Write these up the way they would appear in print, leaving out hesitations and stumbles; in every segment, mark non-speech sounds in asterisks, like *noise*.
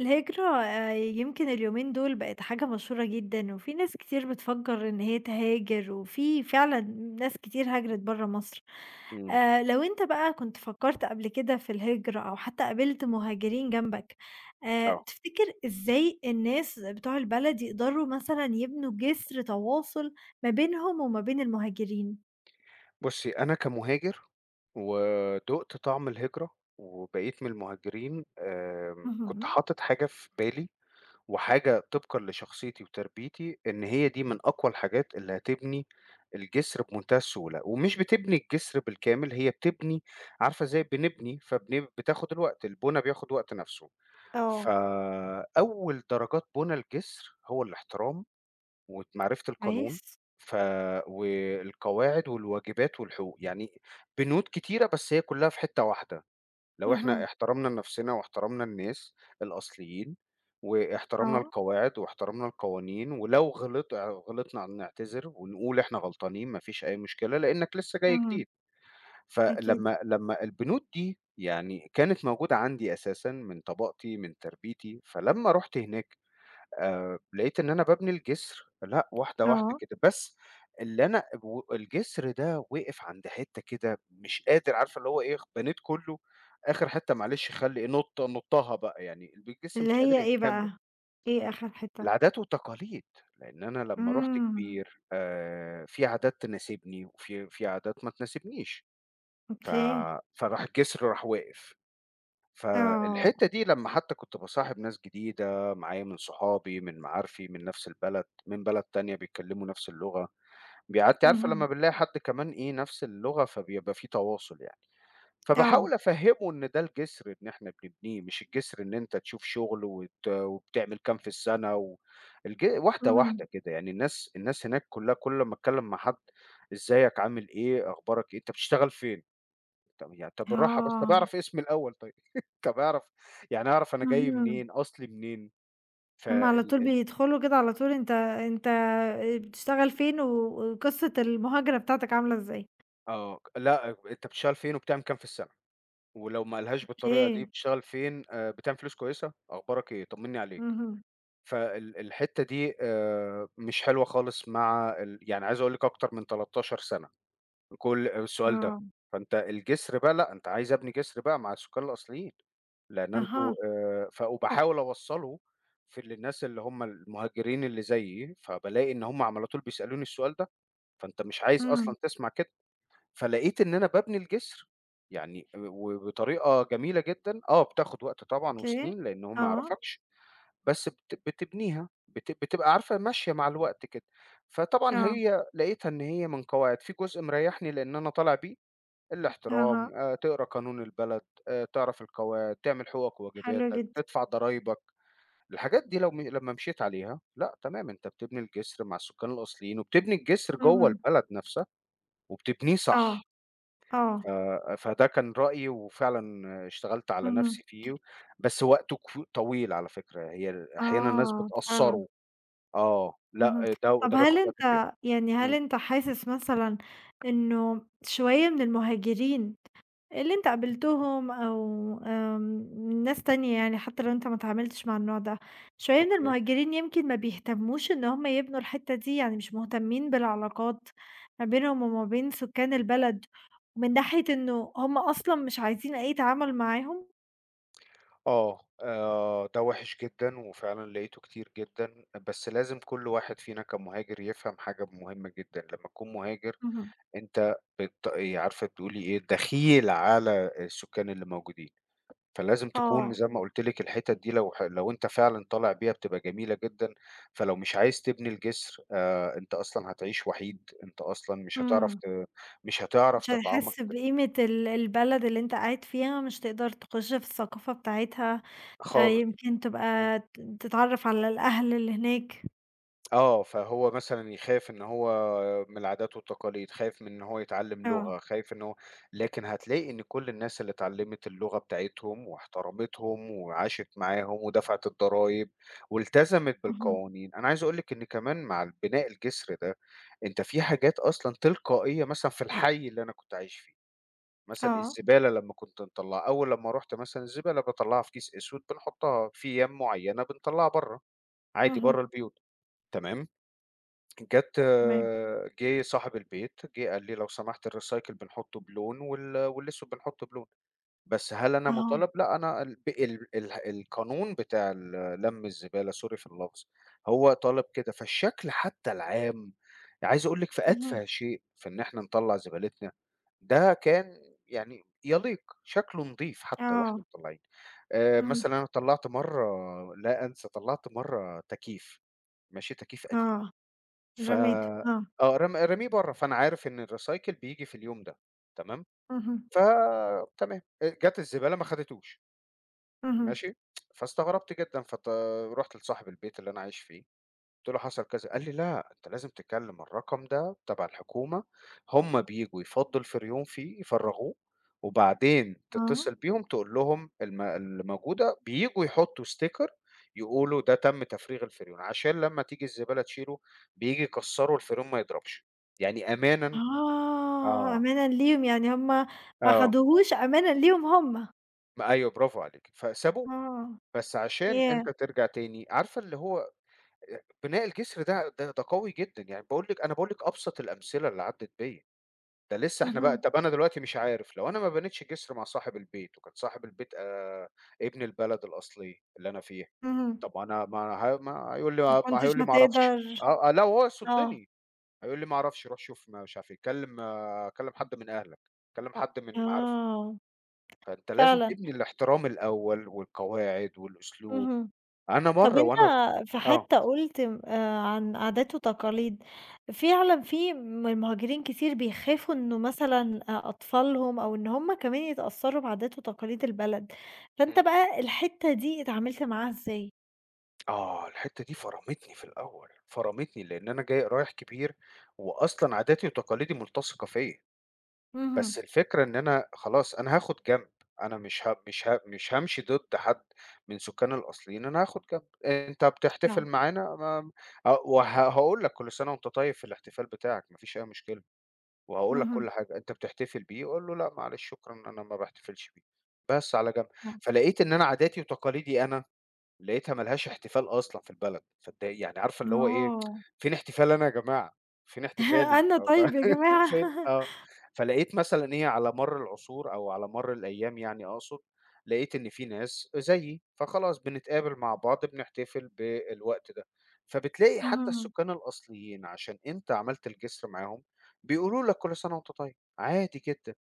الهجرة يمكن اليومين دول بقت حاجة مشهورة جدًا، وفي ناس كتير بتفكّر إن هي تهاجر، وفي فعلًا ناس كتير هاجرت برّه مصر. إمم، لو أنت بقى كنت فكّرت قبل كده في الهجرة أو حتى قابلت مهاجرين جنبك، آه. تفتكر إزاي الناس بتوع البلد يقدروا مثلًا يبنوا جسر تواصل ما بينهم وما بين المهاجرين؟ بُصّي، أنا كمهاجر ودُقت طعم الهجرة وبقيت من المهاجرين، كنت اهم، حاطط حاجة في بالي وحاجة طبقًا لشخصيتي وتربيتي، إن هي دي من أقوى الحاجات اللي هتبني الجسر بمنتهى السهولة، ومش بتبني الجسر بالكامل، هي بتبني عارفة إزاي بنبني، بتاخد الوقت، البُنا بياخد وقت نَفْسه. آه، فأول درجات بُنا الجسر هو الاحترام ومعرفة القانون كويس. ف والقواعد والواجبات والحقوق، يعني بنود كتيرة بس هي كلّها في حتّة واحدة، لو إحنا اهم، احترمنا نَفْسنا واحترمنا الناس الأصليين، واحترمنا آه، القواعد واحترمنا القوانين، ولو غلطنا نعتذر ونقول إحنا غلطانين، ما فيش أي مشكلة لإنّك لسّه جاي اهم، جديد. أكيد، فلمّا البنود دي يعني كانت موجودة عندي أساسًا من طباقتي، من تربيتي، فلمّا رُحت هناك لقيت إن أنا بابني الجسر، لأ، واحدة، واحدة آه. كده، بس اللي أنا و الجسر ده وقف عند حتّة كده، مش قادر، عارفة اللي هو إيه، بنيت كلّه، آخر حتّة معلش خلّي إيه، نُطّها بقى يعني، الجسر اللي مش قادر هي إيه يكمّل. بقى؟ إيه آخر حتّة؟ العادات والتقاليد، لإن أنا لمّا رُحت إمم، كبير، في عادات تناسبني وفي عادات ما تناسبنيش. ف أوكي، فراح الجسر راح واقف. آه، فالحتّة دي لمّا حتى كنت باصاحب ناس جديدة معايا من صحابي، من معارفي، من نفس البلد، من بلد تانية بيتكلّموا نفس اللغة، أنتِ عارفة لمّا اهم، بنلاقي حد كمان إيه نفس اللغة، فبيبقى في تواصل يعني. آه، فباحاول أفهّمه إن ده الجسر إن إحنا بنبنيه، مش الجسر إن أنت تشوف شغل وبتعمل كام في السَنة و واحدة، اهم، واحدة كده، يعني الناس هناك كُلّها، كل ما أتكلّم مع حد، إزيك، عامل إيه، أخبارك إيه، أنت بتشتغل فين؟ طب يعني طب بالراحة بس، طب آه، أعرف اسمي الأول طيب، *laughs* طب أعرف يعني أعرف، أنا جاي اهم، منين، أصلي منين، هُم على طول فال ال بيدخلوا كده على طول، أنت بتشتغل فين و وقصة المهاجرة بتاعتك عاملة إزاي؟ آه، لأ، أنت بتشتغل فين وبتعمل كام في السنة، ولو ما قالهاش بالطريقة دي، أوكي، بتشتغل فين، بتعمل فلوس كويسة، أخبارك إيه، طمنّي عليك، اهم، الحتّة دي مش حلوة خالص مع يعني عايز أقول لِك أكتر من 13 سنة. كل السؤال ده، آه، فأنت الجسر بقى لأ، أنت عايز أبني جسر بقى مع السكان الأصليين، لأن أنتم أها، ف وباحاول أوصّله للناس اللي هم المهاجرين اللي زيي، فبالاقي إن هم على طول بيسألوني السؤال ده، فأنت مش عايز إمم، أصلًا تسمع كده، فلقيت إن أنا بابني الجسر، يعني وبطريقة جميلة جدًا، آه بتاخد وقت طبعًا أوكي، وسنين لأن هو ما آه، يعرفكش، بس بتبنيها، بتبقى عارفة ماشية مع الوقت كده، فطبعًا آه، هي لقيتها إن هي من قواعد، في جزء مريحني لأن أنا طالع بيه الاحترام، أها، تقرا قانون البلد، تعرف القواعد، تعمل حقوقك حلو وواجباتك، جدًا، تدفع ضرايبك. الحاجات دي لو م لمّا مشيت عليها، لأ، تمام، أنت بتبني الجسر مع السكان الأصليين، وبتبني الجسر جوّه اهم، البلد نفسها، وبتبنيه آه، صح. ف آه، فده كان رأيي وفعلًا اشتغلت على اهم، نفسي فيه، بس وقته طويل على فكرة، هي ال أحيانًا الناس آه، فعلًا. بتقصّره. آه، اهم. لأ طب ده هل بياخد وقت كبير. أنت يعني هل إمم، أنت حاسس مثلًا إنه شوية من المهاجرين اللي أنت قابلتهم أو، ناس تانية يعني حتى لو أنت ما اتعاملتش مع النوع ده، شوية من أوكي. المهاجرين يمكن ما بيهتموش إن هم يبنوا الحتّة دي، يعني مش مهتمين بالعلاقات ما بينهم وما بين سكان البلد، من ناحية إنه هم أصلًا مش عايزين أي تعامل معاهم؟ آه، ده وِحِش جدًا وفعلًا لقيته كتير جدًا، بس لازم كل واحد فينا كمهاجر يفهم حاجة مهمة جدًا، لمّا تكون مهاجر اهم. أنت إيه، عارفة تقولي إيه، دخيل على السُكّان اللي موجودين، فلازم تكون آه، زي ما قُلت لِك الحتت دي لو أنت فعلًا طالع بيها بتبقى جميلة جدًا، فلو مش عايز تبني الجسر أنت أصلًا هتعيش وحيد، أنت أصلًا إمم. مش هتعرف مش تتعمق هتحس بقيمة البلد اللي أنت قاعد فيها، مش تقدر تخش في الثقافة بتاعتها، خالص. يمكن إمم. تبقى تتعرّف على الأهل اللي هناك. آه، فهو مثلًا يخاف إن هو من العادات والتقاليد، خايف من إن هو يتعلّم آه، لغة، خايف إن هو، لكن هتلاقي إن كل الناس اللي اتعلّمت اللغة بتاعتهم واحترمتهم وعاشت معاهم ودفعت الضرايب والتزمت اهم، بالقوانين، أنا عايز أقول لِك إن كمان مع بناء الجسر ده، أنت في حاجات أصلًا تلقائية، مثلًا في الحي اللي أنا كنت عايش فيه، مثلًا آه، الزبالة لمّا كنت نطلّعها، أول لمّا رُحت مثلًا الزبالة باطلّعها في كيس أسود، بنحطّها في أيام معيّنة بنطلّعها برّه، عادي برّه اهم، البيوت، تمام؟ جات تمام، جِه صاحب البيت، جِه قال لي: "لو سمحت الrecycle بنحطه بلون والأسود بنحطه بلون." بس هل أنا آه، مطالب؟ لأ، أنا ال ب ال ال القانون بتاع لَم الزبالة sorry في اللفظ، هو طالب كده، فالشكل حتى العام، عايز أقول لِك في اهم، أتفه شيء في إن إحنا نطلّع زبالتنا، ده كان يعني يليق، شكله نضيف حتى آه، وإحنا مطلّعين. اهم، مثلًا أنا طلّعت مرّة لا أنسى، طلّعت مرّة تكييف، ماشي، تكييف قديم. آه، ف رميته، آه، آه، راميه برّه، فأنا عارف إن الrecycle بييجي في اليوم ده، تمام، اهم، فتمام، جات الزبالة ما خدتوش، اهم، ماشي، فاستغربت جدًا، رُحت لصاحب البيت اللي أنا عايش فيه، قُلت له: "حصل كذا." قال لي: "لأ، أنت لازم تكلّم الرقم ده تبع الحكومة، هم بييجوا يفضّوا الفريون فيه يفرّغوه، وبعدين آه، تتصل بيهم تقول لهم اللي موجودة بييجوا يحطّوا sticker يقولوا ده تم تفريغ الفريون، عشان لمّا تيجي الزبالة تشيله بييجي يكسّروا الفريون ما يضربش." يعني أمانًا، آه، آه، أمانًا ليهم، يعني هُم ما آه، أخدوهوش أمانًا ليهم هُم، ما أيوه برافو عليكِ، فسابوه، آه، بس عشان ياه! أنت ترجع تاني عارفة اللي هو بناء الجسر ده، قوي جدًا، يعني باقول لِك، أنا باقول لِك أبسط الأمثلة اللي عدّت بيّا. ده لسه، إحنا بقى، اهم، طب أنا دلوقتي مش عارف، لو أنا ما بنيتش جسر مع صاحب البيت وكان صاحب البيت ابن البلد الأصلية اللي أنا فيها، اهم، طب أنا ما ه ما هيقول لي ما ما هيقول كنتش لي ما هتقدر، أعرفش، آه، آه، لا وهو آه، يصدّني، هيقول لي ما أعرفش، روح شوف، ما مش عارف إيه، كلّم حد من أهلك، كلّم حد من معارفك، آه، فأنت لازم فعلًا. تبني الاحترام الأول والقواعد والأسلوب. اهم. أنا طب مرّة أنت، وأنا في آه، حتّة قُلت عن عادات وتقاليد، فعلًا في مهاجرين كتير بيخافوا إنه مثلًا أطفالهم أو إن هم كمان يتأثّروا بعادات وتقاليد البلد، فأنت إمم، بقى الحتّة دي اتعاملت معاها إزاي؟ آه، الحتّة دي فرَمتني في الأول، فرَمتني لإن أنا جاي رايح كبير وأصلًا عاداتي وتقاليدي ملتصقة فيّا. بس اهم، الفكرة إن أنا خلاص أنا هاخد جنب، أنا مش هامشي ضد حد من سكان الأصليين، أنا هاخد جنب، أنت بتحتفل آه، معانا، ما ه وه هاقول لك كل سنة وأنت طيب في الاحتفال بتاعك، ما فيش أي مشكلة، وهاقول لك كل اهم، حاجة، أنت بتحتفل بيه؟ قُل له لأ معلش شكرًا أنا ما باحتفلش بيه، بس على جنب. آه، فلقيت إن أنا عاداتي وتقاليدي أنا لقيتها ما لهاش احتفال أصلًا في البلد، فاتضايق يعني عارفة اللي هو إيه، آه. فين احتفالي أنا يا جماعة، فين *laughs* احتفالي أنا طيب يا *laughs* جماعة. فين *laughs* آه، فلقيت مثلًا إيه على مَر العصور أو على مَر الأيام، يعني أقصد، لقيت إن في ناس زيي، فخلاص بنتقابل مع بعض بنحتفل بالوقت ده، فبتلاقي حتى اهم. السكان الأصليين عشان أنت عملت الجسر معاهم، بيقولوا لك كل سنة وأنت طيب، عادي جدًا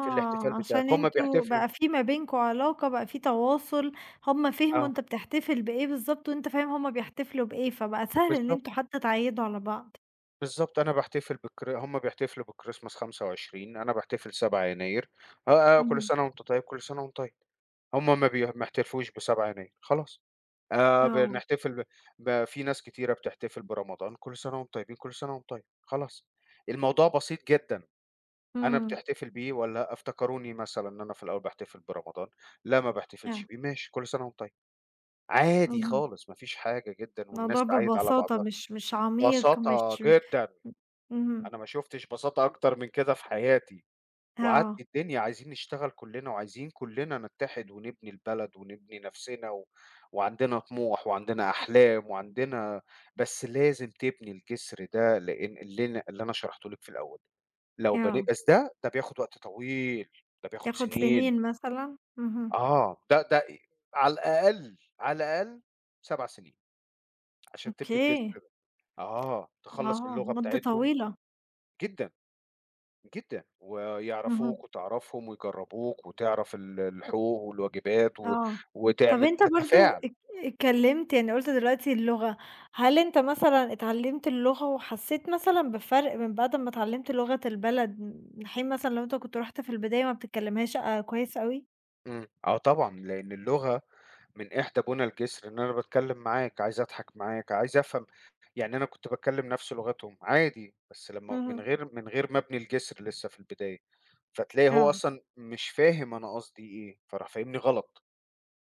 في الاحتفال عشان بتاعك، هُم أنتم بيحتفلوا بقى في ما بينكم علاقة، بقى في تواصل، هُم فهموا آه، أنت بتحتفل بإيه بالضبط وأنت فاهم هُم بيحتفلوا بإيه، فبقى سهل إن بالضبط. أنتم حتى تعيّدوا على بعض. بالضبط، أنا باحتفل هُم بيحتفلوا بالChristmas 25، أنا باحتفل 7 يناير، آه، آه، كل اهم. سنة وأنت طيب، كل سنة وأنت طيب. هُم ما يحتفلوش ب7 يناير، خلاص. آه، بنحتفل ب ب في ناس كتيرة بتحتفل برمضان، كل سنة وأنتم طيبين، كل سنة وأنتم طيب، خلاص. الموضوع بسيط جدًا، أنا إمم، بتحتفل بيه والّا لأ؟ افتكروني مثلًا إن أنا في الأول باحتفل برمضان، لا ما باحتفلش آه، بيه، ماشي، كل سنة وأنتم طيب. عادي اهم، خالص، ما فيش حاجة جدًا، والناس الموضوع تعايد على ببساطة بعضها، مش عميق بساطة مش جدًا. اهم، أنا ما شُفتش بساطة أكتر من كده في حياتي، وعدِّي آه، الدنيا عايزين نشتغل كلّنا، وعايزين كلّنا نتّحد ونبني البلد ونبني نَفْسنا، وعندنا طموح وعندنا أحلام وعندنا، بس لازم تبني الجسر ده لإن اللي أنا شرحته لِك في الأول، لو بني آه، بس ده، ده بياخُد وقت طويل، ده بياخُد ياخد سنين، سنين مثلًا، اهم، آه، ده ده إ على الأقل، على الأقل 7 سنين عشان تبني الجسر أوكي، ده، آه، تخلّص آه، اللغة مدة بتاعتهم، طويلة، جدًا. جدًا، ويعرفوك اهم. وتعرفهم ويجرّبوك وتعرف الحقوق والواجبات آه. طَب وتعمل أنت برضه تتفاعل. ات اتكلّمت، يعني قُلت دلوقتي اللغة، هل أنت مثلًا اتعلّمت اللغة وحسّيت مثلًا بفرق من بعد أمّا اتعلّمت لغة البلد، من حين مثلًا لو أنت كنت رُحت في البداية ما بتتكلّمهاش كويس أوي؟ إمم. آه طبعًا، لإن اللغة من إحدى بُنى الجسر إن أنا باتكلّم معاك، عايز أضحك معاك، عايز أفهم، يعني أنا كنت باتكلّم نَفْس لغتهم عادي، بس لمّا اهم. من غير ما أبني الجسر لسه في البداية، فتلاقي هو آه. أصلًا مش فاهم أنا قصدي إيه، فراح فاهمني غلط،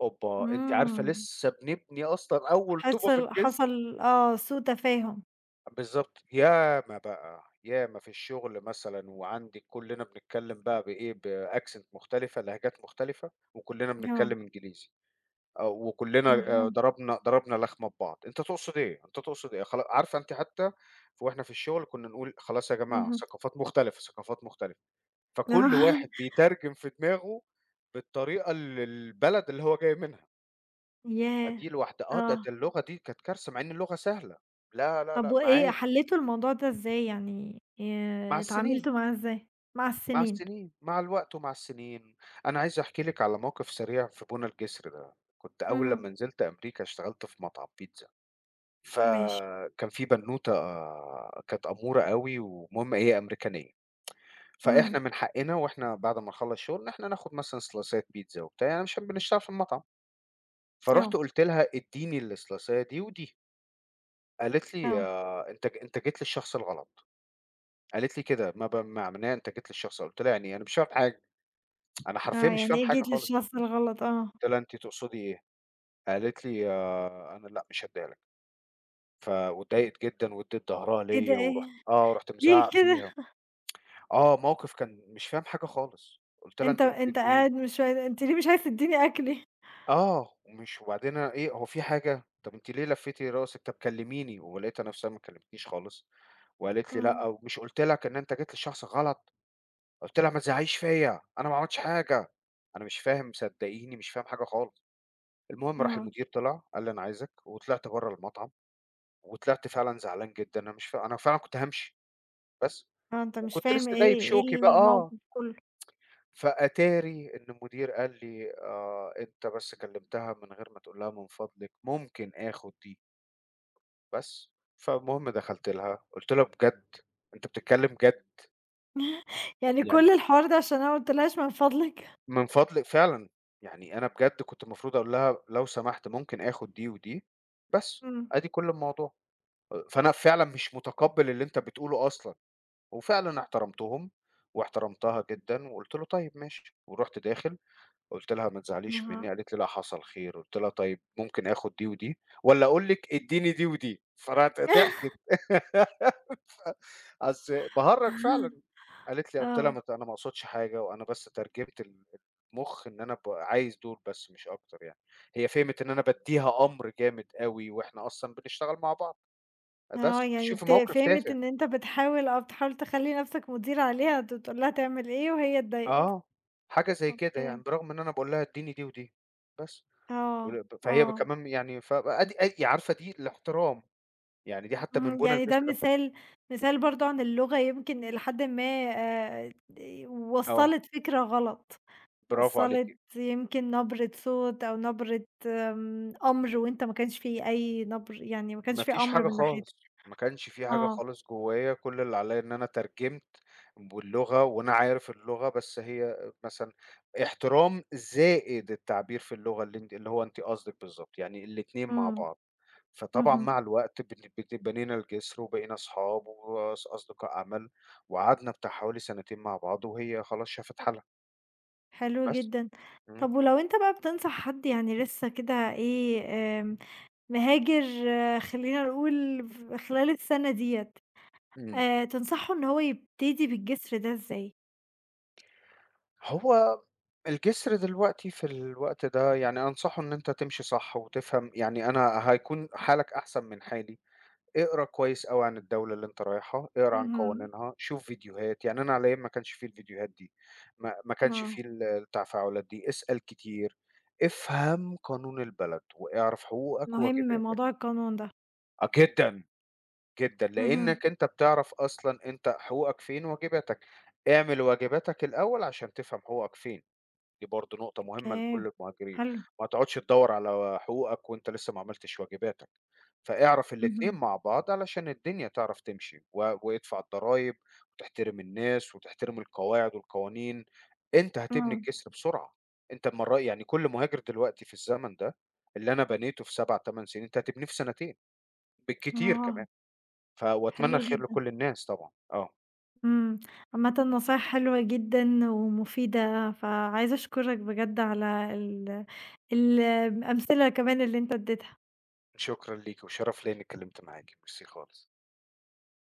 أوبا! أنتِ عارفة إمم. لسه بنبني أصلًا أول طوبة في حصل الجسر. حصل آه، سوء تفاهم. بالضبط، ياما بقى، ياما في الشغل مثلًا وعندي كلّنا بنتكلّم بقى بإيه، بaccent مختلفة، لهجات مختلفة، وكلّنا آه. بنتكلّم إنجليزي، آه، وكلّنا اهم، ضربنا لخمة ببعض، أنت تقصد إيه، أنت تقصد إيه، خلا عارفة أنتِ حتى وإحنا في الشغل كنّا نقول خلاص يا جماعة، اهم. ثقافات مختلفة، ثقافات مختلفة، آه. فكل *laughs* واحد بيترجم في دماغه بالطريقة اللي البلد اللي هو جاي منها، ياه! فدي لوحدها، ده آه. اللغة دي كانت كارثة مع إن اللغة سهلة، لا، لا، طَب لأ وإيه معاني. حلّيتوا الموضوع ده إزاي؟ يعني مع السنين. اتعاملتوا معاه إزاي مع مع السنين؟ السنين، مع الوقت ومع السنين. أنا عايز أحكي لِك على موقف سريع في بونا الجسر ده. كنت أول لمّا اهم. نزلت أمريكا اشتغلت في مطعم بيتزا، ماشي. فكان في بنوتة، كانت أمورة أوي والمهم هي أمريكانية، فإحنا اهم. من حقنا وإحنا بعد ما نخلّص شغل إن إحنا ناخد مثلًا سلايسات بيتزا وبتاع يعني عشان بنشتغل في المطعم. فرُحت آه، قُلت لها: "ادّيني السلايساية دي ودي." قالت لي: آه، "آه، أنت جيت للشخص الغلط." قالت لي كده، ما ما معناه أنت جيت للشخص، قُلت لها: "يعني إيه؟" أنا مش فاهم حاجة، أنا حرفيًا آه، مش يعني فاهم إيه حاجة جيت خالص. للشخص الغلط؟ آه. قُلت لها: "أنتِ تقصدي إيه؟" قالت لي: أنا لأ مش هادّيها لك." واتضايقت جدًا وادّت ضهرها إيه ده؟ ليّا، إيه، ورُحت آه، رُحت ليه مزعّق فيها. كده؟ موقف كان مش فاهم حاجة خالص. قُلت لها: أنت "أنتِ أنت بتدّيني" قاعد مش عاي أنت ليه مش عايز تدّيني أكلي؟ وبعدين أنا إيه، هو في حاجة؟ طب أنتِ ليه لفّيتِ راسِك؟ طب كلّميني، ولقيتها نَفْسها ما كلّمتنيش خالص، وقالت لي: "لأ، اهم. ومش قُلت لك إن أنت جيت للشخص غلط؟" قُلت لها: "ما تزعّقيش فيّا، أنا ما عملتش حاجة." أنا مش فاهم، صدّقيني مش فاهم حاجة خالص. المهم راح آه، المدير طلع قال لي: "أنا عايزك." وطلعت برّه المطعم. وطلعت فعلًا زعلان جدًا، أنا مش ف أنا فعلًا كنت هامشي، بس آه، أنت مش وكنت فاهم لسه جايب إيه شوكي بقى، آه، الموقف كلّه، فأتاري إن المدير قال لي: أنت بس كلمتها من غير ما تقول لها من فضلِك ممكن آخد دي." بس، فالمهم دخلت لها قُلت لها: "بجد، أنت بتتكلم جد؟ يعني كل يعني الحوار ده عشان أنا ما قُلتلهاش من فضلِك؟ من فضلِك" فعلًا، يعني أنا بجد كنت المفروض أقول لها لو سمحت ممكن آخد دي ودي، بس، إمم. أدي كل الموضوع، فأنا فعلًا مش متقبّل اللي أنت بتقوله أصلًا. وفعلًا احترمتهم واحترمتها جدًا، وقُلت له: "طيب ماشي." ورُحت داخل قُلت لها: "ما تزعليش منّي." آه. قالت لي: "لأ، حصل خير." قُلت لها: "طيب ممكن آخُد دي ودي والّا أقول لِك ادّيني دي ودي؟" فراحت ضحكِت *laughs* ف أصل باهرّج فعلًا. *laughs* قالت لي، قُلت لها: آه، "ما ت أنا ما أقصدش حاجة وأنا بس ترجمت المُخ إن أنا عايز دول بس مش أكتر يعني." هي فهمِت إن أنا بادّيها أمر جامد أوي وإحنا أصلًا بنشتغل مع بعض. آه، بس يعني شوفي موقف فهمِت تافه. إن أنت بتحاول، بتحاول تخلّي نَفْسك مدير عليها، تقول لها تعمل إيه وهي اتضايقت. آه، حاجة زي كده يعني، أوكي. برغم إن أنا باقول لها ادّيني دي ودي، بس آه، ول ب فهي ب آه. كمان يعني أدي يعني عارفة دي الاحترام، يعني دي حتى من اهم، بُنى يعني ده الجسر، مثال برضه عن اللغة يمكن إلى حدٍ ما، آه، وصّلت فكرة غلط، برافو عليكِ، وصّلت يمكن نبرة صوت أو نبرة، أمر وأنت ما كانش في أي يعني ما ما كانش في فيش أمر حاجة من ناحيتك، خالص، ما كانش في حاجة آه، خالص جوايا، كل اللي عليّا إن أنا ترجمت واللغة، وأنا عارف اللغة، بس هي مثلًا احترام زائد التعبير في اللغة اللي أنتِ اللي هو أنتِ قصدِك بالضبط، يعني الاتنين مع إمم، بعض. فطبعًا اهم، مع الوقت بن بن بنينا الجسر وبقينا أصحاب أصدقاء عمل، وقعدنا بتاع حوالي سنتين مع بعض، وهي خلاص شافت إمم. حالها، حلو بس. جدًا. إمم. طب ولو أنت بقى بتنصح حد، يعني لسه كده، إيه، آمم، مهاجر، آه، خلّينا نقول ف خلال السنة ديّة، إمم. تنصحه إن هو يبتدي بالجسر ده إزاي؟ هو الجسر دلوقتي في الوقت ده يعني أنصحه إن أنت تمشي صح وتفهم، يعني أنا هيكون حالك أحسن من حالي. اقرا كويس أوي عن الدولة اللي أنت رايحها، اقرا عن اهم. قوانينها، شوف فيديوهات، يعني أنا على أيام ما كانش في الفيديوهات دي، ما ما كانش آه، في التفاعلات دي، اسأل كتير، افهم قانون البلد واعرف حقوقك مهم موضوع وواجباتك. القانون ده. آه جدًا، جدًا، اهم، لإنك أنت بتعرف أصلًا أنت حقوقك فين وواجباتك، اعمل واجباتك الأول عشان تفهم حقوقك فين. دي برضه نقطة مهمة أوكي، لكل المهاجرين، حلو، ما تقعدش تدوّر على حقوقك وأنت لسه ما عملتش واجباتك، فاعرف الاتنين اهم، مع بعض علشان الدنيا تعرف تمشي، وادفع الضرايب وتحترم الناس وتحترم القواعد والقوانين، أنت هتبني إمم، الجسر بسرعة، أنت أمّا يعني كل مهاجر دلوقتي في الزمن ده اللي أنا بنيته في 7، 8 سنين أنت هتبنيه في سنتين بالكتير كمان، آه، وأتمنى حلو الخير جدًا، لكل الناس طبعًا، آه، إمم، عامةً نصايح حلوة جدًا ومفيدة، فعايزة أشكرك بجد على الأمثلة كمان اللي أنت اديتها. شكرًا ليكِ وشرف ليّا إني اتكلمت معاكِ، ميرسي خالص.